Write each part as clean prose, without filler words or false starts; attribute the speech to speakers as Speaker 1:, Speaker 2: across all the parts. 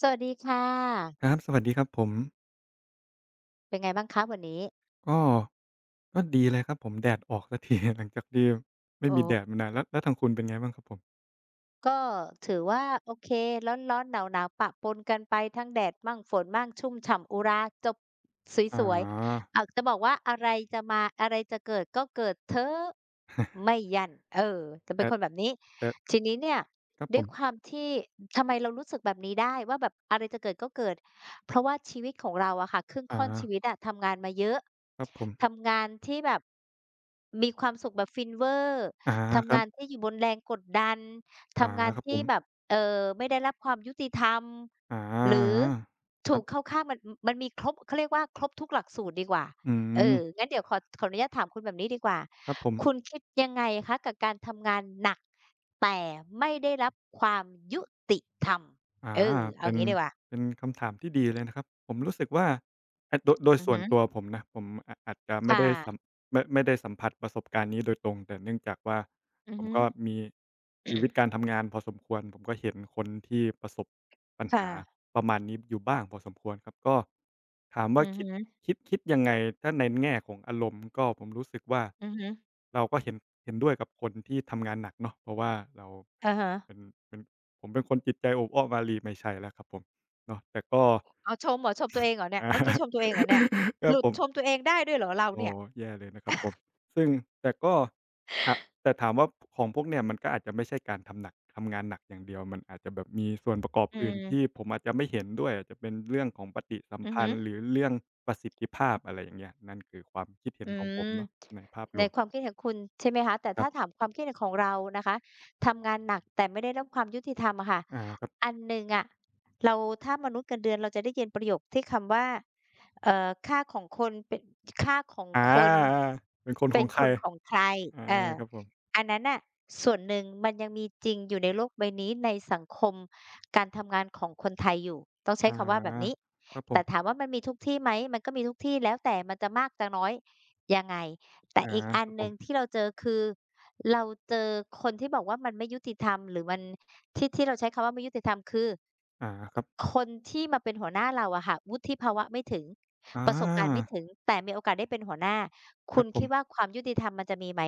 Speaker 1: สวัสดีค่ะ
Speaker 2: ครับสวัสดีครับผม
Speaker 1: เป็นไงบ้างคะวันนี้
Speaker 2: ก็ก็ดีเลยครับผมแดดออกสักที หลังจากที่ไม่
Speaker 1: โอ้
Speaker 2: มีแดดมานานแล้วแล้วทางคุณเป็นไงบ้างครับผม
Speaker 1: ก็ถือว่าโอเคร้อนๆหนาวๆปะปนกันไปทั้งแดดมั่งฝนมั่งชุ่มฉ่ำอุราจบ
Speaker 2: อ๋อ
Speaker 1: สวยๆจะบอกว่าอะไรจะมาอะไรจะเกิดก็เกิดเถอะไม่ ยั่นเออจะเป็น
Speaker 2: แต่
Speaker 1: คนแบบนี้
Speaker 2: แต่
Speaker 1: ทีนี้เนี่ย
Speaker 2: ครับผ
Speaker 1: ด้วย
Speaker 2: ม
Speaker 1: ความที่ทำไมเรารู้สึกแบบนี้ได้ว่าแบบอะไรจะเกิดก็เกิดเพราะว่าชีวิตของเราอะค่ะครึ่ง
Speaker 2: อ๋อ
Speaker 1: ค่อนชีวิตอะทำงานมาเยอะ
Speaker 2: ครับผม
Speaker 1: ทำงานที่แบบมีความสุขแบบฟินเวอร์
Speaker 2: อาค
Speaker 1: ทำ
Speaker 2: รั
Speaker 1: งาน
Speaker 2: บ
Speaker 1: ที่อยู่บนแรงกดดัน
Speaker 2: อา
Speaker 1: ทำงาน
Speaker 2: ครับผ
Speaker 1: ที่
Speaker 2: ม
Speaker 1: แบบไม่ได้รับความยุติธรรม
Speaker 2: อา
Speaker 1: หรือ
Speaker 2: ๆค
Speaker 1: ถู
Speaker 2: รั
Speaker 1: กเข้า
Speaker 2: บ
Speaker 1: ข้างมันมันมีครบเขาเรียกว่าครบทุกหลักสูตรดีกว่า
Speaker 2: อื
Speaker 1: เอ
Speaker 2: ม
Speaker 1: องั้นเดี๋ยวขออนุญาตถามคุณแบบนี้ดีกว่า
Speaker 2: ครับผ
Speaker 1: คุณ
Speaker 2: ม
Speaker 1: คิดยังไงคะกับการทำงานหนักแต่ไม่ได้รับความยุติธรรม
Speaker 2: อา
Speaker 1: เออเอา
Speaker 2: เป็น
Speaker 1: งี้ดีกว่า
Speaker 2: เป็นคำถามที่ดีเลยนะครับผมรู้สึกว่าอะโดย
Speaker 1: อือ
Speaker 2: ส่วน
Speaker 1: ฮึ
Speaker 2: ตัวผมนะผมออาจจะไม่
Speaker 1: ค่ะ
Speaker 2: ได้สัมไม่ได้สัมผัสประสบการณ์นี้โดยตรงแต่เนื่องจากว่า
Speaker 1: อือ
Speaker 2: ผม
Speaker 1: ฮึ
Speaker 2: ก็มีชีวิตการทำงานพอสมควรผมก็เห็นคนที่ประสบปัญหา
Speaker 1: ค่ะ
Speaker 2: ประมาณนี้อยู่บ้างพอสมควรครับก็ถาม
Speaker 1: อื
Speaker 2: ว่า
Speaker 1: อฮึ
Speaker 2: คิดยังไงถ้าในแง่ของอารมณ์ก็ผมรู้สึกว่า
Speaker 1: อือฮึ
Speaker 2: เราก็เห็นด้วยกับคนที่ทำงานหนักเนาะเพราะว่าเรา
Speaker 1: อะฮะ
Speaker 2: เป็นเป็น ผมเป็นคนจิตใจโอบอ้อมอารีไม่ใช่แล้วครับผมเนาะแต่ก็
Speaker 1: อ๋อชมเหรอชมตัวเองเหรอเนี่ย
Speaker 2: อา
Speaker 1: เมื่อกี้ชมตัวเอง เหรอเนี่ย
Speaker 2: ค
Speaker 1: ห
Speaker 2: รับ
Speaker 1: ลุด
Speaker 2: ผ
Speaker 1: ชม
Speaker 2: ม
Speaker 1: ตัวเองได้ด้วยเหรอเรา
Speaker 2: อ๋อ
Speaker 1: เนี่ย
Speaker 2: แย่เลยนะครับผมซึ่งแต่ก็ถแต่ถามว่าของพวกเนี่ยมันก็อาจจะไม่ใช่การทำงานหนักอย่างเดียวมันอาจจะแบบมีส่วนประกอบ
Speaker 1: อื
Speaker 2: อื่นที่
Speaker 1: ม
Speaker 2: ผมอาจจะไม่เห็นด้วยอาจจะเป็นเรื่องของปฏิสัม
Speaker 1: อือ
Speaker 2: พั
Speaker 1: ฮึ
Speaker 2: นธ์หรือเรื่องประสิทธิภาพอะไรอย่างเงี้ยนั่นคือความคิดเห็น
Speaker 1: อื
Speaker 2: ของผม
Speaker 1: ม
Speaker 2: เนาะในภาพร
Speaker 1: ใน
Speaker 2: วม
Speaker 1: ความคิดของคุณใช่ไหมคะแต่
Speaker 2: ครั
Speaker 1: ถ้าถา
Speaker 2: บ
Speaker 1: มความคิดเห็นของเรานะคะทำงานหนักแต่ไม่ได้รับความยุติธรรมอะค่ะ
Speaker 2: อาครับ
Speaker 1: อันหนึ่งอะเราถ้ามนุษย์เงินเดือนเราจะได้ยินประโยคที่คำว่าค่าของคนเป็นค่าของ
Speaker 2: อา
Speaker 1: คน
Speaker 2: ๆเป็นคนข
Speaker 1: เป็
Speaker 2: อ
Speaker 1: น
Speaker 2: งใค
Speaker 1: ค
Speaker 2: ร
Speaker 1: นของใคร
Speaker 2: อา
Speaker 1: เออ
Speaker 2: ครับผม
Speaker 1: อันนั้นน่ะส่วนหนึ่งมันยังมีจริงอยู่ในโลกใบนี้ในสังคมการทำงานของคนไทยอยู่ต้องใช้
Speaker 2: อ
Speaker 1: คำว่าแบบนี้
Speaker 2: าครับผ
Speaker 1: แต่ถาม
Speaker 2: ม
Speaker 1: ว่ามันมีทุกที่ไหมมันก็มีทุกที่แล้วแต่มันจะมากจะน้อย ยังไงแต่
Speaker 2: อา
Speaker 1: อีกอั
Speaker 2: ค
Speaker 1: น
Speaker 2: รับ
Speaker 1: ห
Speaker 2: ผ
Speaker 1: นึ่ง
Speaker 2: ม
Speaker 1: ที่เราเจอคือเราเจอคนที่บอกว่ามันไม่ยุติธรรมหรือมันที่ที่เราใช้คำว่าไม่ยุติธรรมคือ
Speaker 2: อาครับ
Speaker 1: คนที่มาเป็นหัวหน้าเราอะค่ะวุฒิภาวะไม่ถึง
Speaker 2: อ
Speaker 1: ประสบการณ์ไม่
Speaker 2: า
Speaker 1: ถึงแต่มีโอกาสได้เป็นหัวหน้า
Speaker 2: ค
Speaker 1: คุ
Speaker 2: รั
Speaker 1: ณ
Speaker 2: บผ
Speaker 1: คิ
Speaker 2: ม
Speaker 1: ดว่าความยุติธรรมมันจะมีไหม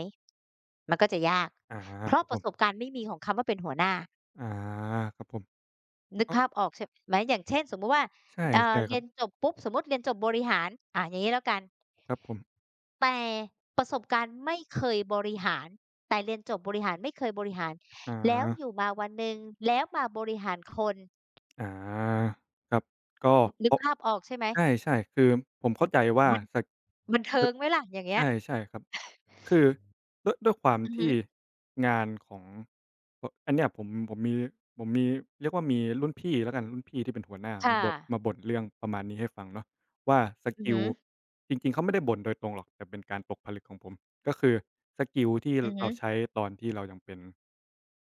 Speaker 1: มันก็จะยาก
Speaker 2: อา
Speaker 1: เพ
Speaker 2: ค
Speaker 1: ราะ
Speaker 2: รับ
Speaker 1: ป
Speaker 2: ผ
Speaker 1: ระสบ
Speaker 2: ม
Speaker 1: การณ์ไม่มีของคำว่าเป็นหัวหน้า
Speaker 2: อาครับผม
Speaker 1: นึก
Speaker 2: ก็
Speaker 1: ภาพออกใช่ไหมอย่างเช่นสมมุติว่า
Speaker 2: ใช่ใช่ค
Speaker 1: เรี
Speaker 2: รั
Speaker 1: ย
Speaker 2: บ
Speaker 1: นจบปุ๊บสมมุติเรียนจบบริหารอย่างงี้แล้วกัน
Speaker 2: ครับผม
Speaker 1: แต่ประสบการณ์ไม่เคยบริหารแต่เรียนจบบริหารไม่เคยบริหาร
Speaker 2: อา
Speaker 1: แล้วอยู่มาวันหนึ่งแล้วมาบริหารคน
Speaker 2: อาครับก็
Speaker 1: นนึก
Speaker 2: โต๊ะ
Speaker 1: ภาพออกใช่ไหม
Speaker 2: ใช่ๆคือผม
Speaker 1: อ
Speaker 2: เข้า
Speaker 1: อ
Speaker 2: ใจว่า
Speaker 1: บันบัน
Speaker 2: ค
Speaker 1: เทิงไหมล่ะอย่างเงี้ย
Speaker 2: ใช่ใช่ครับ คือด้วยความ
Speaker 1: อือฮึ
Speaker 2: ที่งานของอันเนี้ยผมผมมีเรียกว่ามีรุ่นพี่แล้วกันรุ่นพี่ที่เป็นหัวหน้า
Speaker 1: ค่ะ
Speaker 2: มาบ่นเรื่องประมาณนี้ให้ฟังเนาะว่าส
Speaker 1: อือ
Speaker 2: กิล
Speaker 1: ฮึ
Speaker 2: จริงๆเขาไม่ได้บ่นโดยตรงหรอกแต่เป็นการตกผลึกของผมก็คือสกิลที่
Speaker 1: อือฮึ
Speaker 2: เราใช้ตอนที่เรายังเป็น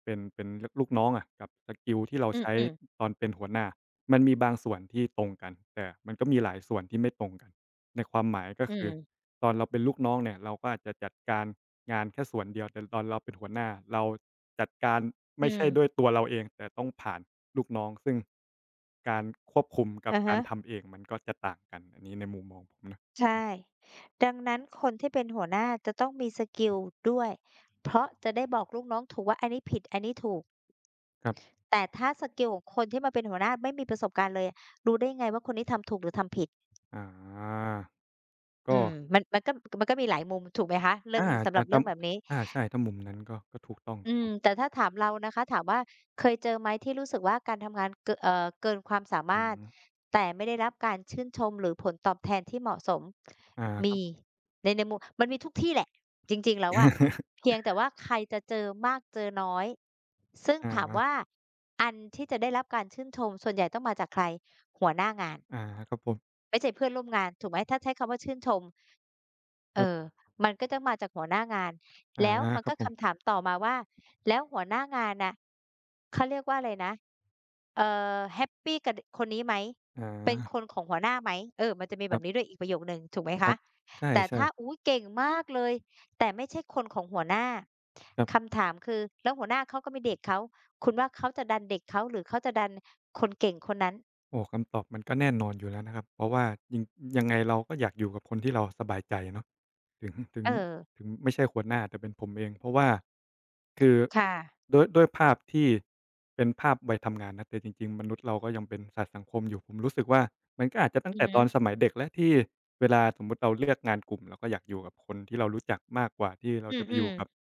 Speaker 2: เป็นเป็นลูกน้องอะกับสกิลที่เราใช้
Speaker 1: อือๆ
Speaker 2: ตอนเป็นหัวหน้ามันมีบางส่วนที่ตรงกันแต่มันก็มีหลายส่วนที่ไม่ตรงกันในความหมายก็
Speaker 1: อื
Speaker 2: คือ
Speaker 1: ม
Speaker 2: ตอนเราเป็นลูกน้องเนี่ยเราก็อาจจะจัดการงานแค่ส่วนเดียวแต่ตอนเราเป็นหัวหน้าเราจัดการ
Speaker 1: อื
Speaker 2: ไม่
Speaker 1: อ
Speaker 2: ใช่ด้วยตัวเราเองแต่ต้องผ่านลูกน้องซึ่งการควบคุมกับ
Speaker 1: อะ
Speaker 2: กา
Speaker 1: ฮะ
Speaker 2: รทำเองมันก็จะต่างกันอันนี้ในมุมมองผมนะ
Speaker 1: ใช่ดังนั้นคนที่เป็นหัวหน้าจะต้องมีสกิลด้วยเพราะจะได้บอกลูกน้องถูกว่าอันนี้ผิดอันนี้ถูก
Speaker 2: ครับ
Speaker 1: แต่ถ้าสกิลของคนที่มาเป็นหัวหน้าไม่มีประสบการณ์เลยอะรู้ได้ไงว่าคนนี้ทำถูกหรือทำผิด
Speaker 2: อา
Speaker 1: อื
Speaker 2: ก็
Speaker 1: มมันก็มีหลายมุมถูกไหมคะเรื่อง
Speaker 2: อา
Speaker 1: สำห
Speaker 2: จะ
Speaker 1: รับ
Speaker 2: ท
Speaker 1: เรื่องแบบนี้
Speaker 2: ำอาใช่ถ้ามุมนั้นก็ถูกต้องครั
Speaker 1: อื
Speaker 2: บผ
Speaker 1: ม
Speaker 2: ม
Speaker 1: แต่ถ้าถามเรานะคะถามว่าเคยเจอไหมที่รู้สึกว่าการทำงานเกนเอ่อเกินความสา
Speaker 2: อื
Speaker 1: มารถ
Speaker 2: ม
Speaker 1: แต่ไม่ได้รับการชื่นชมหรือผลตอบแทนที่เหมาะสม
Speaker 2: อาครั
Speaker 1: มี
Speaker 2: บ
Speaker 1: ในมุมมันมีทุกที่แหละจริงๆแล้วอะ เพียงแต่ว่าใครจะเจอมากเจอน้อยซึ่ง
Speaker 2: อ
Speaker 1: ถามว่า
Speaker 2: า
Speaker 1: อันที่จะได้รับการชื่นชมส่วนใหญ่ต้องมาจากใครหัวหน้างาน
Speaker 2: อาครับผม
Speaker 1: ไม่ใช่เพื่อนร่วมงานถูกไหมถ้าใช้คำว่าชื่นชม
Speaker 2: ค
Speaker 1: เอ
Speaker 2: รั
Speaker 1: อ
Speaker 2: บ
Speaker 1: มันก็จะมาจากหัวหน้างาน
Speaker 2: อา
Speaker 1: แล้วมัน
Speaker 2: ครั
Speaker 1: ก็
Speaker 2: บผม
Speaker 1: คำถามต่อมาว่า แล้วหัวหน้างานน่ะเขาเรียกว่าอะไรนะเอ่แฮปปีกับดคนนี้ไหม
Speaker 2: อ
Speaker 1: เป็นค
Speaker 2: า
Speaker 1: นของหัวหน้าไหมเออมันจะมีแบ
Speaker 2: ค
Speaker 1: บนี้
Speaker 2: ร
Speaker 1: ด้วยอีกประโยคหนึ่งถูกไหม
Speaker 2: ั
Speaker 1: คะ
Speaker 2: บๆ
Speaker 1: แต่
Speaker 2: ใช่
Speaker 1: ถ้า
Speaker 2: ๆ
Speaker 1: อุ๊ยเก่งมากเลยแต่ไม่ใช่คนของหัวหน้า
Speaker 2: ครับ
Speaker 1: คำถามคือแล้วหัวหน้าเขาก็มีเด็กเขาคุณว่าเขาจะดันเด็กเขาหรือเขาจะดัน
Speaker 2: โอ้คำตอบมันก็แน่นอนอยู่แล้วนะครับเพราะว่ายังยังไงเราก็อยากอยู่กับคนที่เราสบายใจเนาะ ถึงถึง
Speaker 1: เอ่อ
Speaker 2: ถึงไม่ใช่หัวหน้าแต่เป็นผมเองเพราะว่าคือ
Speaker 1: ค่ะ
Speaker 2: ด้วยภาพที่เป็นภาพวัยทำงานนะแต่จริงๆมนุษย์เราก็ยังเป็นสัตว์สังคมอยู่ผมรู้สึกว่ามันก็อาจจะตั้ง
Speaker 1: อือ
Speaker 2: แต่
Speaker 1: ฮึ
Speaker 2: ตอนสมัยเด็กแล้วที่เวลาสมมุติเราเลือกงานกลุ่มเราก็อยากอยู่กับคนที่เรารู้จักมากกว่าที่เรา
Speaker 1: อื
Speaker 2: จะไปอยู่
Speaker 1: ม
Speaker 2: กับ
Speaker 1: ๆ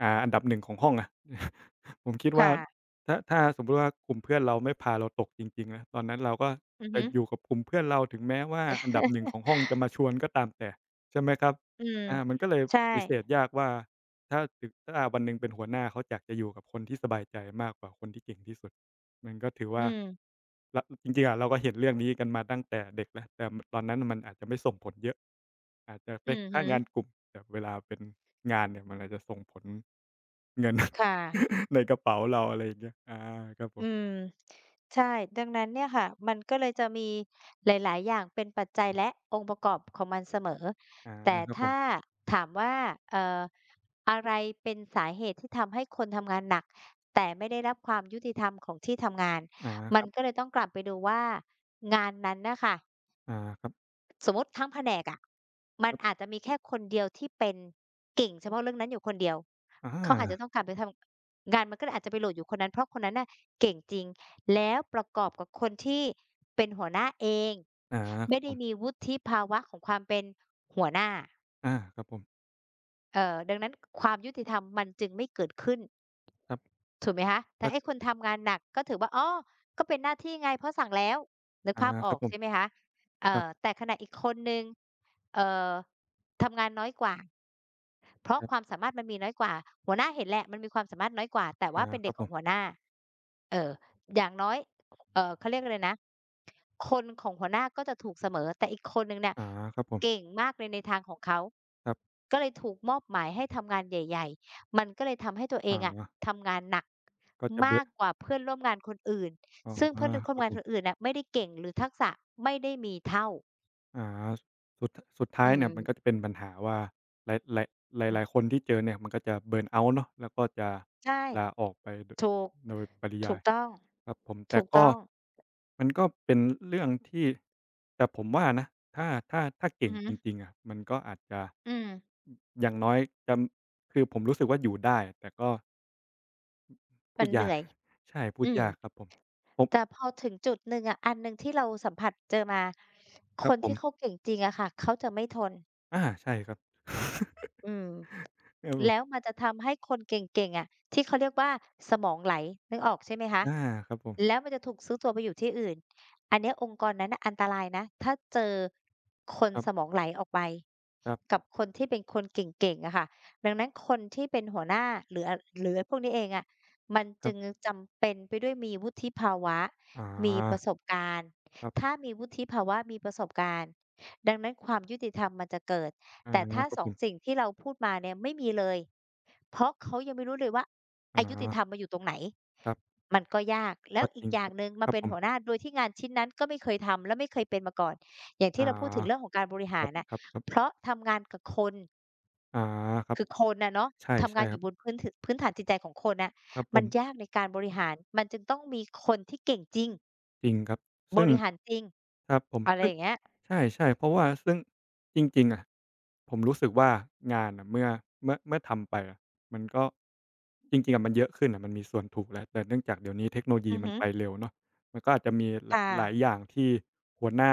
Speaker 2: อ่าอันดับหนึ่งของห้องอะ ผมคิดว่า
Speaker 1: ค่ะ
Speaker 2: ถ้าสมมุติว่ากลุ่มเพื่อนเราไม่พาเราตกจริงๆนะตอนนั้นเราก็
Speaker 1: อือ
Speaker 2: จะ
Speaker 1: ฮึ
Speaker 2: อยู่กับกลุ่มเพื่อนเราถึงแม้ว่าอันดับหนึ่งของห้องจะมาชวนก็ตามแต่ใช่ไหมครับ
Speaker 1: อืม
Speaker 2: อามันก็เลย
Speaker 1: ใช่
Speaker 2: ปฏิเสธยากว่าถ้าวันหนึ่งเป็นหัวหน้าเขาอยากจะอยู่กับคนที่สบายใจมากกว่าคนที่เก่งที่สุดมันก็ถือว่า
Speaker 1: อืม
Speaker 2: รจริงๆอะเราก็เห็นเรื่องนี้กันมาตั้งแต่เด็กแล้วแต่ตอนนั้นมันอาจจะไม่ส่งผลเยอะอาจจะ
Speaker 1: อื
Speaker 2: เป็น
Speaker 1: อฮึ
Speaker 2: แค่งานกลุ่มแต่เวลาเป็นงานเนี่ยมันอาจจะส่งผลเงิน
Speaker 1: ค่ะ
Speaker 2: ในกระเป๋าเราอะไรอย่างเงี้ยอาครับผ
Speaker 1: อื
Speaker 2: ม
Speaker 1: มใช่ดังนั้นเนี่ยค่ะมันก็เลยจะมีหลายๆอย่างเป็นปัจจัยและองค์ประกอบของมันเสมอ
Speaker 2: อา
Speaker 1: แต่
Speaker 2: ครับผ
Speaker 1: ถ้า
Speaker 2: ม
Speaker 1: ถามว่าเอ่ออะไรเป็นสาเหตุที่ทำให้คนทำงานหนักแต่ไม่ได้รับความยุติธรรมของที่ทำงาน
Speaker 2: อาค
Speaker 1: มัน
Speaker 2: รับ
Speaker 1: ก็เลยต้องกลับไปดูว่างานนั้นน่ะค่ะ
Speaker 2: อาครับ
Speaker 1: สมมุติทั้งแผนกอะมัน
Speaker 2: ครั
Speaker 1: อาจ
Speaker 2: บ
Speaker 1: จะมีแค่คนเดียวที่เป็นเก่งเฉพาะเรื่องนั้นอยู่คนเดียว
Speaker 2: อ
Speaker 1: เขาอาจจะต้อ
Speaker 2: า
Speaker 1: งการไปทำงานมันก็เลยอาจจะไปโหลดอยู่คนนั้นเพราะคนนั้นน่ะเก่งจริงแล้วประกอบกับคนที่เป็นหัวหน้าเอง
Speaker 2: อาค
Speaker 1: ไม่
Speaker 2: รับผ
Speaker 1: ได้มี
Speaker 2: ม
Speaker 1: วุฒิภาวะของความเป็นหัวหน้า
Speaker 2: อาครับผม
Speaker 1: ดังนั้นความยุติธรรมมันจึงไม่เกิดขึ้น
Speaker 2: ครับ
Speaker 1: ถูกไหมคะแต่
Speaker 2: ก็
Speaker 1: ไอ้คนทำงานหนักก็ถือว่าอ๋อก็เป็นหน้าที่ไงเพราะสั่งแล้วนึก
Speaker 2: อา
Speaker 1: ภาพอ
Speaker 2: ค
Speaker 1: อ
Speaker 2: รั
Speaker 1: ก
Speaker 2: บผ
Speaker 1: ใช่ไหม
Speaker 2: ม
Speaker 1: คะ
Speaker 2: ครับ
Speaker 1: แต่ขณะอีกคนหนึ่งเอ่อทำงานน้อยกว่าเพราะความสามารถมันมีน้อยกว่าหัวหน้าเห็นแหละมันมีความสามารถน้อยกว่าแต่ว่า
Speaker 2: อา
Speaker 1: เป็น
Speaker 2: ค
Speaker 1: เด็
Speaker 2: รั
Speaker 1: ก
Speaker 2: บ
Speaker 1: ข
Speaker 2: ผ
Speaker 1: องหัวห
Speaker 2: ม
Speaker 1: น้าเอออย่างน้อย เขาเรียกอะไรนะคนของหัวหน้าก็จะถูกเสมอแต่อีกคนหนึ่งเนี่ย
Speaker 2: อาครับผ
Speaker 1: เก่
Speaker 2: ม
Speaker 1: งมากเลยในทางของเขา
Speaker 2: ครับ
Speaker 1: ก็เลยถูกมอบหมายให้ทำงานใหญ่ๆมันก็เลยทำให้ตัวเองอะ
Speaker 2: อา
Speaker 1: ทำงานหนัก
Speaker 2: ก็จะ
Speaker 1: มา
Speaker 2: เบื่อ
Speaker 1: กกว่าเพื่อนร่วมงานคนอื่น
Speaker 2: อ๋อ
Speaker 1: ซึ่งเพื่อนร่ว
Speaker 2: ค
Speaker 1: ม
Speaker 2: รับ
Speaker 1: งาน
Speaker 2: ผ
Speaker 1: คน
Speaker 2: ม
Speaker 1: อื่นน่ะไม่ได้เก่งหรือทักษะไม่ได้มีเท่า
Speaker 2: อาสุดสุดท้า
Speaker 1: อื
Speaker 2: ยเนี่ยมันก็
Speaker 1: ม
Speaker 2: จะเป็นปัญหาว่าหลาย
Speaker 1: อื
Speaker 2: ๆห
Speaker 1: ม
Speaker 2: ลายๆคนที่เจอเนี่ยมันก็จะเบิร์นเอาต์เนาะแล้วก็จะ
Speaker 1: ใช่
Speaker 2: ลาออกไป
Speaker 1: ถูก
Speaker 2: โดยปริ
Speaker 1: ถู
Speaker 2: ยา
Speaker 1: ก
Speaker 2: ย
Speaker 1: ต้อง
Speaker 2: ครับผมแต่
Speaker 1: ถูก
Speaker 2: ก็
Speaker 1: ต้อง
Speaker 2: มันก็เป็นเรื่องที่แต่ผมว่านะถ้า
Speaker 1: อื
Speaker 2: เก่ง
Speaker 1: อฮึ
Speaker 2: จริงๆอะมันก็อาจจะ
Speaker 1: อืม
Speaker 2: ออย่างน้อยจะคือผมรู้สึกว่าอยู่ได้แต่ก็พู
Speaker 1: มัน
Speaker 2: ด
Speaker 1: เห
Speaker 2: ยา
Speaker 1: นื่
Speaker 2: ก
Speaker 1: อย
Speaker 2: ใช่พูด
Speaker 1: อืม
Speaker 2: ยากครับผมผม
Speaker 1: แต่พอถึงจุดหนึ่งอะอันหนึ่งที่เราสัมผัสเจอมา
Speaker 2: ค
Speaker 1: ค
Speaker 2: รับ
Speaker 1: น
Speaker 2: ผม
Speaker 1: ที่เขาเก่งจริงอะค่ะเขาจะไม่ทน
Speaker 2: อาใช่ครับ
Speaker 1: อืม
Speaker 2: ครับผ
Speaker 1: แล้ว
Speaker 2: ม
Speaker 1: มันจะทำให้คนเก่งๆอะที่เขาเรียกว่าสมองไหลนึกออกใช่ไหมคะ
Speaker 2: อาครับผม
Speaker 1: แล้วมันจะถูกซื้อตัวไปอยู่ที่อื่นอันเนี้ยองค์กรนั้นน่ะอันตรายนะถ้าเจอคน
Speaker 2: ค
Speaker 1: สม
Speaker 2: ร
Speaker 1: องไหลออกไป
Speaker 2: ับ
Speaker 1: กั
Speaker 2: ๆ
Speaker 1: บคนที่เป็นคนเก่งๆอะค่ะดังนั้นคนที่เป็นหัวหน้าหรืออหรือพวกนี้เองอะมัน
Speaker 2: ๆ
Speaker 1: จึงจำเป็นไปด้วยมีวุฒิภาวะ
Speaker 2: อา
Speaker 1: มีประสบการณ์
Speaker 2: ครั
Speaker 1: ถ้า
Speaker 2: บ
Speaker 1: มีวุฒิภาวะมีประสบการณ์ดังนั้นความยุติธรรมมันจะเกิด
Speaker 2: อา
Speaker 1: แต่ถ้า
Speaker 2: ครั
Speaker 1: ส
Speaker 2: บ
Speaker 1: อ
Speaker 2: ผ
Speaker 1: งสิ่
Speaker 2: ม
Speaker 1: งที่เราพูดมาเนี่ยไม่มีเลยเพราะเขายังไม่รู้เลยว่าอ
Speaker 2: อา
Speaker 1: ยุติธรรมมันอยู่ตรงไหน
Speaker 2: ครับ
Speaker 1: มันก็ยากแล้
Speaker 2: ก็
Speaker 1: ว
Speaker 2: จ
Speaker 1: อี
Speaker 2: ริ
Speaker 1: ก
Speaker 2: ง
Speaker 1: อ
Speaker 2: ค
Speaker 1: ย่าง
Speaker 2: รับ
Speaker 1: หนึ่ง
Speaker 2: ค
Speaker 1: มา
Speaker 2: รับ
Speaker 1: เป็น
Speaker 2: ผม
Speaker 1: หัวหน้าโดยที่งานชิ้นนั้นก็ไม่เคยทำและไม่เคยเป็นมาก่อนอย่างที่
Speaker 2: อา
Speaker 1: เราพูดถึงเรื่องของการบริ
Speaker 2: ค
Speaker 1: หา
Speaker 2: รั
Speaker 1: ร
Speaker 2: บ
Speaker 1: น่ะ
Speaker 2: ครับครับ
Speaker 1: เพราะทำงานกับคน
Speaker 2: อาครับ
Speaker 1: คือคนอะเนาะ
Speaker 2: ใช่
Speaker 1: ทำ
Speaker 2: ใช่
Speaker 1: งานอ
Speaker 2: ครั
Speaker 1: ยู่
Speaker 2: บ
Speaker 1: บนพื้นถพื้นฐานจิตใจของคนน่ะ
Speaker 2: ครับผ
Speaker 1: มันยา
Speaker 2: ม
Speaker 1: กในการบริหารมันจึงต้องมีคนที่เก่งจริง
Speaker 2: จริงครับ
Speaker 1: บ
Speaker 2: ซึ่ง
Speaker 1: ริหารจริง
Speaker 2: ครับผม
Speaker 1: อะไรอ
Speaker 2: ซึ่ง
Speaker 1: ย่างเงี้ย
Speaker 2: ใช่ๆเพราะว่าซึ่งจริงๆอะผมรู้สึกว่างานน่ะเมื่อทำไปอะมันก็จริงๆอะมันเยอะขึ้นน่ะมันมีส่วนถูกแล้วแต่เนื่องจากเดี๋ยวนี้เทคโนโลยี
Speaker 1: อือ
Speaker 2: มัน
Speaker 1: ฮึ
Speaker 2: ไปเร็วเนาะมันก็อาจจะมีหลาย
Speaker 1: ค่ะ
Speaker 2: หลายอย่างที่หัวหน้า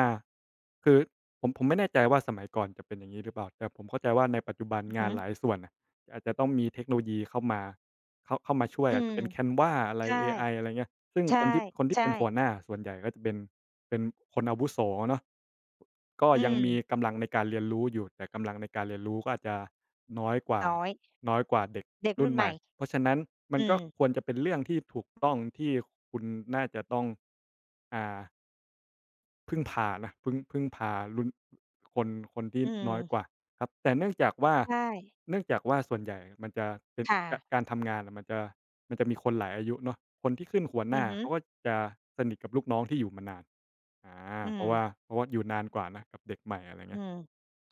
Speaker 2: คือผมไม่แน่ใจว่าสมัยก่อนจะเป็นอย่างงี้หรือเปล่าแต่ผมเข้าใจว่าในปัจจุบัน
Speaker 1: อือ
Speaker 2: งา
Speaker 1: ฮึ
Speaker 2: นหลายส่วนน่ะอาจจะต้องมีเทคโนโลยีเข้ามาเข้ามาช่วย
Speaker 1: อื
Speaker 2: อาจ
Speaker 1: ม
Speaker 2: จะเป็น Canva อะไร
Speaker 1: ใช่
Speaker 2: เอไออะไรเงี้ย ซึ่ง
Speaker 1: ใช่
Speaker 2: คนที่คน
Speaker 1: ใ
Speaker 2: ที่เป็นหัวห
Speaker 1: ช่
Speaker 2: น้าส่วนใหญ่ก็จะเป็นเป็นคนอาวุโสเนาะก็
Speaker 1: อื
Speaker 2: ยังมี
Speaker 1: ม
Speaker 2: กำลังในการเรียนรู้อยู่แต่กำลังในการเรียนรู้ก็อาจจะน้อยกว่า
Speaker 1: น้อย
Speaker 2: น้อยกว่าเด็ก
Speaker 1: เด็ก
Speaker 2: รุ่
Speaker 1: รุ่
Speaker 2: น
Speaker 1: น
Speaker 2: ให
Speaker 1: ใหม่
Speaker 2: ม่เพราะฉะนั้นมัน
Speaker 1: อื
Speaker 2: ก็ค
Speaker 1: ม
Speaker 2: วรจะเป็นเรื่องที่ถูกต้องที่คุณน่าจะต้องอ่า พึ่งพานะพึ่งพารุ่นคนคนที่
Speaker 1: อื
Speaker 2: น้
Speaker 1: ม
Speaker 2: อยกว่าครับแต่เนื่องจากว่า
Speaker 1: ใช่
Speaker 2: เนื่องจากว่าส่วนใหญ่มันจะเป็น
Speaker 1: ค่ะ
Speaker 2: กการทำงานอะมันจะมีคนหลายอายุเนาะคนที่ขึ้นหัวห
Speaker 1: อื
Speaker 2: น้า
Speaker 1: อฮึ
Speaker 2: เขาก็จะสนิทกับลูกน้องที่อยู่มานานอา
Speaker 1: อื
Speaker 2: เพ
Speaker 1: ม
Speaker 2: ราะว่าเพราะว่าอยู่นานกว่านะกับเด็กใหม่อะไรเงี้
Speaker 1: อื
Speaker 2: ย
Speaker 1: ม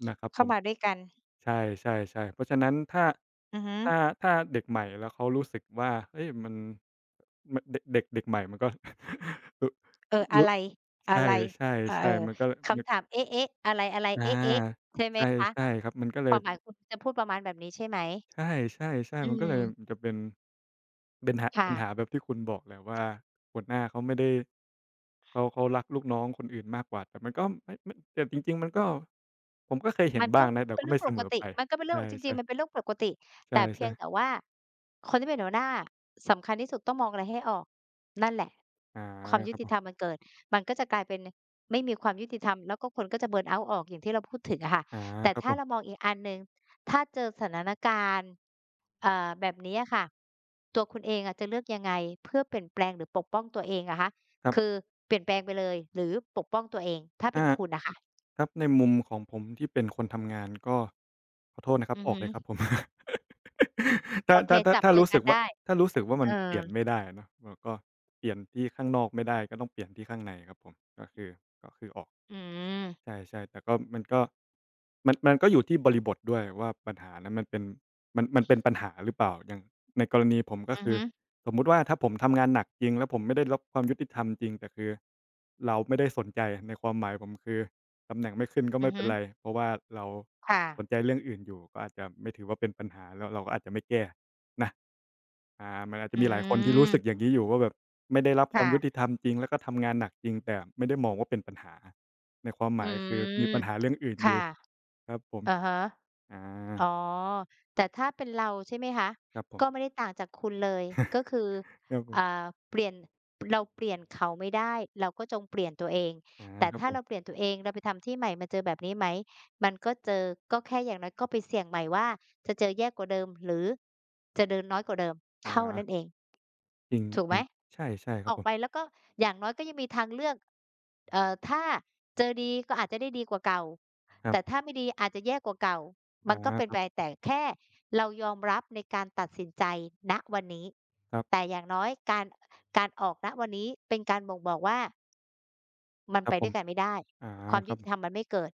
Speaker 2: นะครับผ
Speaker 1: เข้า
Speaker 2: ม
Speaker 1: มาด้วยกัน
Speaker 2: ใช่ๆๆเพราะฉะนั้นถ้า
Speaker 1: อือฮึ
Speaker 2: ถ้าถ้าเด็กใหม่แล้วเขารู้สึกว่าเฮ้ยมันมเด็กเด็กเด็กใหม่มันก็ รู้
Speaker 1: เอออะ
Speaker 2: รู้
Speaker 1: ไรอะ
Speaker 2: ใช่
Speaker 1: ไรเอ่อ
Speaker 2: ใช่ๆมันก็นึ
Speaker 1: คำ
Speaker 2: ก
Speaker 1: ถามเอ๊ะๆอะไรๆ
Speaker 2: อา
Speaker 1: เอ๊ะๆใช่ไหม
Speaker 2: ใช่
Speaker 1: คะ
Speaker 2: ใช่ครับมันก็เล
Speaker 1: ค
Speaker 2: ย
Speaker 1: วามหมายคุณจะพูดประมาณแบบนี้ใช่ไหม
Speaker 2: ใช่
Speaker 1: อื
Speaker 2: ๆๆมันก็เลย
Speaker 1: ม
Speaker 2: จะเป็นเป็นหะปัญหา
Speaker 1: ค่ะ
Speaker 2: แบบที่คุณบอกแหละว่าหัวหน้าเขาไม่ได้เขารักลูกน้องคนอื่นมากกว่าแต่มันก็ไม่ไม่แต่จริงๆมันก็ผมก็เคยเห็
Speaker 1: มั
Speaker 2: น
Speaker 1: นก็
Speaker 2: บ้างนะแต่
Speaker 1: เป็น
Speaker 2: ก็
Speaker 1: เรื่อ
Speaker 2: ไม่
Speaker 1: งป
Speaker 2: เส
Speaker 1: ก
Speaker 2: มอ
Speaker 1: ติ
Speaker 2: ไป
Speaker 1: มันก็เป็นเรื่องจริงๆมันเป็น
Speaker 2: ใช่
Speaker 1: เรื่องปกติ
Speaker 2: ๆใ
Speaker 1: แต่เพีย
Speaker 2: ช่
Speaker 1: งแต่
Speaker 2: ๆ
Speaker 1: ว่าคนที่เป็นหัวหน้าสำคัญที่สุดต้องมองอะไรให้ออกนั่นแหละ
Speaker 2: อา
Speaker 1: ความ
Speaker 2: ค
Speaker 1: ยุ
Speaker 2: รับ
Speaker 1: ติ
Speaker 2: ผ
Speaker 1: ธรรม
Speaker 2: ม
Speaker 1: มันเกิดมันก็จะกลายเป็นไม่มีความยุติธรรมแล้วก็คนก็จะเบิร์นเอาต์ออกอย่างที่เราพูดถึงอะค่ะ
Speaker 2: อา
Speaker 1: แต่
Speaker 2: ครับ
Speaker 1: ถ้า
Speaker 2: ผ
Speaker 1: เราม
Speaker 2: ม
Speaker 1: องอีกอันหนึ่งถ้าเจอสถานการณ์แบบนี้อะค่ะตัวคุณเองอะจะเลือกยังไงเพื่อเปลี่ยนแปลงหรือปกป้องตัวเองอะคะ
Speaker 2: ครั
Speaker 1: คือ
Speaker 2: บ
Speaker 1: เปลี่ยนแปลงไปเลยหรือปกป้องตัวเองถ้าเป็น
Speaker 2: อา
Speaker 1: คุณนะค่ะ
Speaker 2: ครับในมุมของผมที่เป็นคนทำงานก็ขอโทษนะครั
Speaker 1: อื
Speaker 2: บ
Speaker 1: อ
Speaker 2: ออก
Speaker 1: ฮึ
Speaker 2: เลยครับผม
Speaker 1: โอ
Speaker 2: ถ้า
Speaker 1: เค
Speaker 2: ถ้าถ้า
Speaker 1: จับ
Speaker 2: ถ้า
Speaker 1: มือ
Speaker 2: รู้
Speaker 1: กั
Speaker 2: สึ
Speaker 1: น
Speaker 2: กว่า
Speaker 1: ได้
Speaker 2: ถ้ารู้สึกว่า
Speaker 1: เอ
Speaker 2: มั
Speaker 1: อ
Speaker 2: นเปลี่ยนไม่ได้เนอะเราก็เปลี่ยนที่ข้างนอกไม่ได้ก็ต้องเปลี่ยนที่ข้างในครับผมก็คือก็คือออก
Speaker 1: อืม
Speaker 2: ใช่ๆแต่ก็มันก็มันก็อยู่ที่บริบทด้วยว่าปัญหานั้นมันเป็นมันมันเป็นปัญหาหรือเปล่าอย่างในกรณีผมก็
Speaker 1: อือ
Speaker 2: คือ
Speaker 1: ฮึ
Speaker 2: สมมุติว่าถ้าผมทำงานหนักจริงแล้วผมไม่ได้รับความยุติธรรมจริงแต่คือเราไม่ได้สนใจในความหมายผมคือตำแหน่งไม่ขึ้นก็
Speaker 1: อือ
Speaker 2: ไม่เป็
Speaker 1: ฮึ
Speaker 2: นไรเพราะว่าเรา
Speaker 1: ค่ะ
Speaker 2: สนใจเรื่องอื่นอยู่ก็อาจจะไม่ถือว่าเป็นปัญหาแล้วเราก็อาจจะไม่แก้นะอ่ามันอาจจะ
Speaker 1: อื
Speaker 2: มีหลายคนที่รู้สึกอ
Speaker 1: ม
Speaker 2: ย่างนี้อยู่ว่าแบบไม่ได้รับความยุติ
Speaker 1: ค่ะ
Speaker 2: ธรรมจริงแล้วก็ทำงานหนักจริงแต่ไม่ได้มองว่าเป็นปัญหา ในความห
Speaker 1: อื
Speaker 2: มายคือมี
Speaker 1: ม
Speaker 2: ปัญหาเรื่องอื่นอ
Speaker 1: ค่ะ
Speaker 2: ยู่ครับผม
Speaker 1: อะฮะ
Speaker 2: อา
Speaker 1: อ๋อแต่ถ้าเป็นเราใช่ไหมคะ
Speaker 2: ครับผ
Speaker 1: ก็ไม่
Speaker 2: ม
Speaker 1: ได้ต่างจากคุณเลยก็คือ
Speaker 2: ครับผม
Speaker 1: อ่าเปลี่ยนเราเปลี่ยนเขาไม่ได้เราก็จงเปลี่ยนตัวเอง
Speaker 2: อา
Speaker 1: แต่
Speaker 2: ครับ
Speaker 1: ถ้า
Speaker 2: ผ
Speaker 1: เราเป
Speaker 2: ม
Speaker 1: ลี่ยนตัวเองเราไปทำที่ใหม่มันเจอแบบนี้ไหมมันก็เจอก็แค่อย่างน้อยก็ไปเสี่ยงใหม่ว่าจะเจอแย่กว่าเดิมหรือจะเดินน้อยกว่าเดิมเท่านั้
Speaker 2: อา
Speaker 1: นเอง
Speaker 2: จริง
Speaker 1: ถูก
Speaker 2: จ
Speaker 1: ไหม
Speaker 2: ริงใช่ใช่ค
Speaker 1: อ
Speaker 2: รับ
Speaker 1: อก
Speaker 2: ผ
Speaker 1: ไป
Speaker 2: ม
Speaker 1: แล้วก็อย่างน้อยก็ยังมีทางเลือกถ้าเจอดีก็อาจจะได้ดีกว่าเก่า
Speaker 2: ครั
Speaker 1: แต่
Speaker 2: บ
Speaker 1: ถ้าไม่ดีอาจจะแย่กว่าเก่ามั
Speaker 2: อา
Speaker 1: นก็เป็น
Speaker 2: ครั
Speaker 1: ไป
Speaker 2: บ
Speaker 1: แต่แค่เรายอมรับในการตัดสินใจณวันนี้
Speaker 2: ครั
Speaker 1: แต่
Speaker 2: บ
Speaker 1: อย่างน้อยการการออกณวันนี้เป็นการบ่งบอกว่ามัน
Speaker 2: ครั
Speaker 1: ไป
Speaker 2: บผ
Speaker 1: ด้ว
Speaker 2: ม
Speaker 1: ยกันไม่ได้
Speaker 2: อา
Speaker 1: ความ
Speaker 2: ค
Speaker 1: ยุ
Speaker 2: รับ
Speaker 1: ติธรรมมันไม่เกิด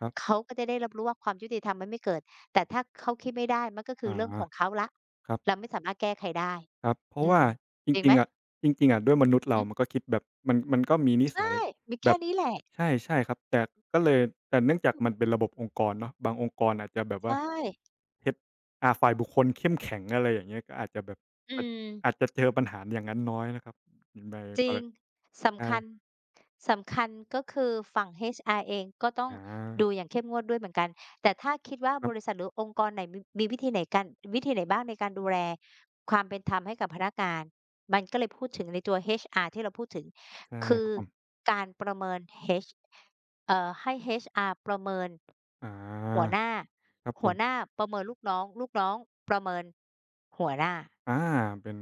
Speaker 2: ครับ
Speaker 1: เขาก็จะได้รับรู้ว่าความยุติธรรมมันไม่เกิดแต่ถ้าเขาคิดไม่ได้มันก็คือ
Speaker 2: อา
Speaker 1: เรื่องของเขาแล้ว
Speaker 2: ครับ
Speaker 1: เราไม่สามารถแก้ใครได้
Speaker 2: ครับเพราะ
Speaker 1: อื
Speaker 2: ว่า
Speaker 1: ม
Speaker 2: จ
Speaker 1: จริงไห
Speaker 2: ริ
Speaker 1: ม
Speaker 2: งๆอะจริงๆอะด้วยมนุษ
Speaker 1: อื
Speaker 2: ย์
Speaker 1: อ
Speaker 2: เรา
Speaker 1: ฮึ
Speaker 2: มันก็คิดแบบมันมันก็มีนิสั
Speaker 1: ใช่
Speaker 2: ย
Speaker 1: มี
Speaker 2: แบ
Speaker 1: แค่
Speaker 2: บ
Speaker 1: นี้แหละ
Speaker 2: ใช่ใช่ครับแต่ก็เลยแต่เนื่องจากมันเป็นระบบองค์กรเนาะบางองค์กรอาจจะแบบว่า
Speaker 1: ใช่
Speaker 2: h าฝ่ายบุคคลเข้มแข็งอะไรอย่างเงี้ยก็อาจจะแบบ
Speaker 1: อื
Speaker 2: อาจ
Speaker 1: ม
Speaker 2: อาจจะเจอปัญหาอย่างนั้นน้อยนะครับใน
Speaker 1: จ
Speaker 2: ก
Speaker 1: ริ
Speaker 2: ร
Speaker 1: ง สำคัญ
Speaker 2: ใช่
Speaker 1: สำคัญก็คือฝั่ง HR เองก็ต้อง
Speaker 2: อา
Speaker 1: ดูอย่างเข้มงวดด้วยเหมือนกัน แต่ถ้าคิดว่า
Speaker 2: ครั
Speaker 1: บริษั
Speaker 2: บ
Speaker 1: ทหรือองค์กรไหนมีมีวิธีไหนกันวิธีไหนบ้างในการดูแลความเป็นธรรมให้กับพนักงานมันก็เลยพูดถึงในตัว HR ที่เราพูดถึง
Speaker 2: ใช่
Speaker 1: คื
Speaker 2: ค
Speaker 1: อ
Speaker 2: รับผม
Speaker 1: การประเมิน H ให้ HR ประเมิน
Speaker 2: อา
Speaker 1: หัวหน้า
Speaker 2: ครับผ
Speaker 1: หัว
Speaker 2: ม
Speaker 1: หน้าประเมินลูกน้องลูกน้องประเมินหัวหน้า
Speaker 2: อาเป็น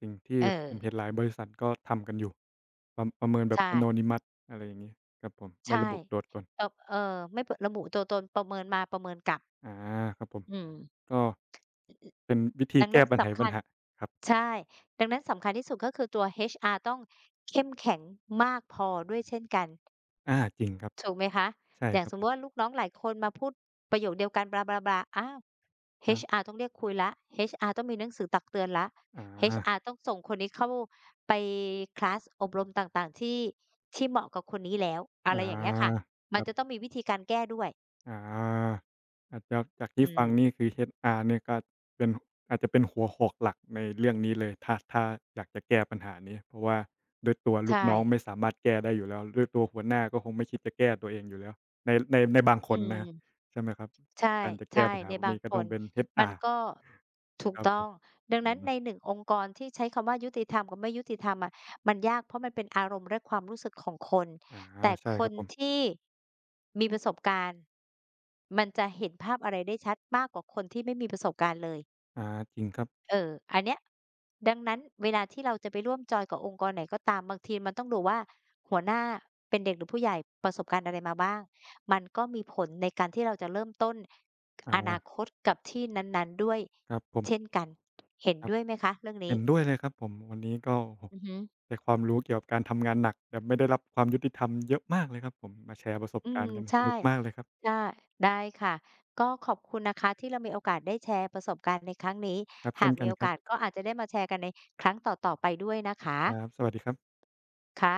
Speaker 2: สิ่งที่
Speaker 1: เออ
Speaker 2: ผมเห็นหลายบริษัทก็ทำกันอยู่ ประเมินแบบ
Speaker 1: ใช่
Speaker 2: Anonymous อะไรอย่างงี้ครับผมไม่
Speaker 1: ใช่
Speaker 2: ระบุตัวตน
Speaker 1: เอ่อไม่ประบุตัวตนประเมินมาประเมินกลับ
Speaker 2: อาครับผม
Speaker 1: อืม
Speaker 2: ก็เป็นวิธี
Speaker 1: ดัง
Speaker 2: แก้
Speaker 1: นั้น
Speaker 2: ปัญไข
Speaker 1: สำ
Speaker 2: ปั
Speaker 1: คั
Speaker 2: ญ
Speaker 1: ญ
Speaker 2: หาครับ
Speaker 1: ใช่ดังนั้นสำคัญที่สุดก็คือตัว HR ต้องเข้มแข็งมากพอด้วยเช่นกัน
Speaker 2: อาจริงครับ
Speaker 1: ถูกไหมคะ
Speaker 2: ใช่
Speaker 1: อย่า
Speaker 2: ค
Speaker 1: ง
Speaker 2: รับ
Speaker 1: สม
Speaker 2: ผ
Speaker 1: มุ
Speaker 2: ม
Speaker 1: ติว่าลูกน้องหลายคนมาพูดประโยคเดียวกันบลาบลาบลาอ้าว
Speaker 2: อา
Speaker 1: HR ต้องเรียกคุยแล้ว HR ต้องมีหนังสือตักเตือนแล้ว
Speaker 2: อา
Speaker 1: HR ต้องส่งคนนี้เข้าไปคลาสอบรมต่างๆที่ที่เหมาะกับคนนี้แล้วอะ
Speaker 2: อา
Speaker 1: ไรอย่างเงี้ยค่ะ
Speaker 2: ค
Speaker 1: มัน
Speaker 2: รั
Speaker 1: จะ
Speaker 2: บ
Speaker 1: ต้องมีวิธีการแก้ด้วย
Speaker 2: อาอาจจะจาก
Speaker 1: อื
Speaker 2: ที่
Speaker 1: ม
Speaker 2: ฟังนี่คือ HR เนี่ยก็เป็นอาจจะเป็นหัวโขกหลักในเรื่องนี้เลยถ้าอยากจะแก้ปัญหานี้เพราะว่าด้วยตัวลูก
Speaker 1: ใช่
Speaker 2: น้องไม่สามารถแก้ได้อยู่แล้วด้วยตัวหัวหน้าก็คงไม่คิดจะแก้ตัวเองอยู่แล้วในบางค
Speaker 1: อื
Speaker 2: น
Speaker 1: ม
Speaker 2: นะครับใช่ไหมครับ
Speaker 1: ใช่
Speaker 2: การจะ
Speaker 1: ใช่
Speaker 2: แก้ปัญหา
Speaker 1: ใน
Speaker 2: พวก
Speaker 1: บา
Speaker 2: นี้
Speaker 1: งค
Speaker 2: ก็ต้อง
Speaker 1: น
Speaker 2: เป็น
Speaker 1: มัน
Speaker 2: HR
Speaker 1: ก็ถูก
Speaker 2: ครับ
Speaker 1: ต้อ
Speaker 2: ผม
Speaker 1: ง ดั
Speaker 2: อื
Speaker 1: งนั้น
Speaker 2: ม
Speaker 1: ในหนงองค์กรที่ใช้คำว่ายุติธรรมกับไม่ยุติธรรมอะมันยากเพราะมันเป็นอารมณ์และความรู้สึกของคน
Speaker 2: อา
Speaker 1: แต่
Speaker 2: ใช่
Speaker 1: ค
Speaker 2: ครั
Speaker 1: น
Speaker 2: บผม
Speaker 1: ที่มีประสบการณ์ มันจะเห็นภาพอะไรได้ชัดมากกว่าคนที่ไม่มีประสบการณ์เลย
Speaker 2: อาจริงครับ
Speaker 1: เอออันเนี้ยดังนั้นเวลาที่เราจะไปร่วมจอยกับองค์กรไหนก็ตามบางทีมันต้องดูว่าหัวหน้าเป็นเด็กหรือผู้ใหญ่ประสบการณ์อะไรมาบ้าง มันก็มีผลในการที่เราจะเริ่มต้น
Speaker 2: อา
Speaker 1: อนาคตกับที่นั้นๆด้วย
Speaker 2: ครับผม
Speaker 1: เช่นกันเห็น
Speaker 2: ครับ
Speaker 1: ด้วยไหมคะเรื่องนี้
Speaker 2: เห็นด้วยเลยครับผมวันนี้ก็โอ้โฮ
Speaker 1: อือฮึ
Speaker 2: ได้ความรู้เกี่ยวกับการทำงานหนักแต่ไม่ได้รับความยุติธรรมเยอะมากเลยครับผมมาแชร์ประสบ
Speaker 1: อื
Speaker 2: กา
Speaker 1: ม
Speaker 2: รณ์กัน
Speaker 1: ใช่
Speaker 2: สนุกมากเลยครับ
Speaker 1: ใช่ได้ค่ะก็ขอบคุณนะคะที่เรามีโอกาสได้แชร์ประสบการณ์ในครั้งนี้
Speaker 2: ครับ
Speaker 1: หา
Speaker 2: เช่
Speaker 1: ก
Speaker 2: นกั
Speaker 1: มี
Speaker 2: น
Speaker 1: โอ
Speaker 2: ครับ
Speaker 1: กาสก็อาจจะได้มาแชร์กันในครั้งต่อๆไปด้วยนะคะ
Speaker 2: ครับสวัสดีครับ
Speaker 1: ค่ะ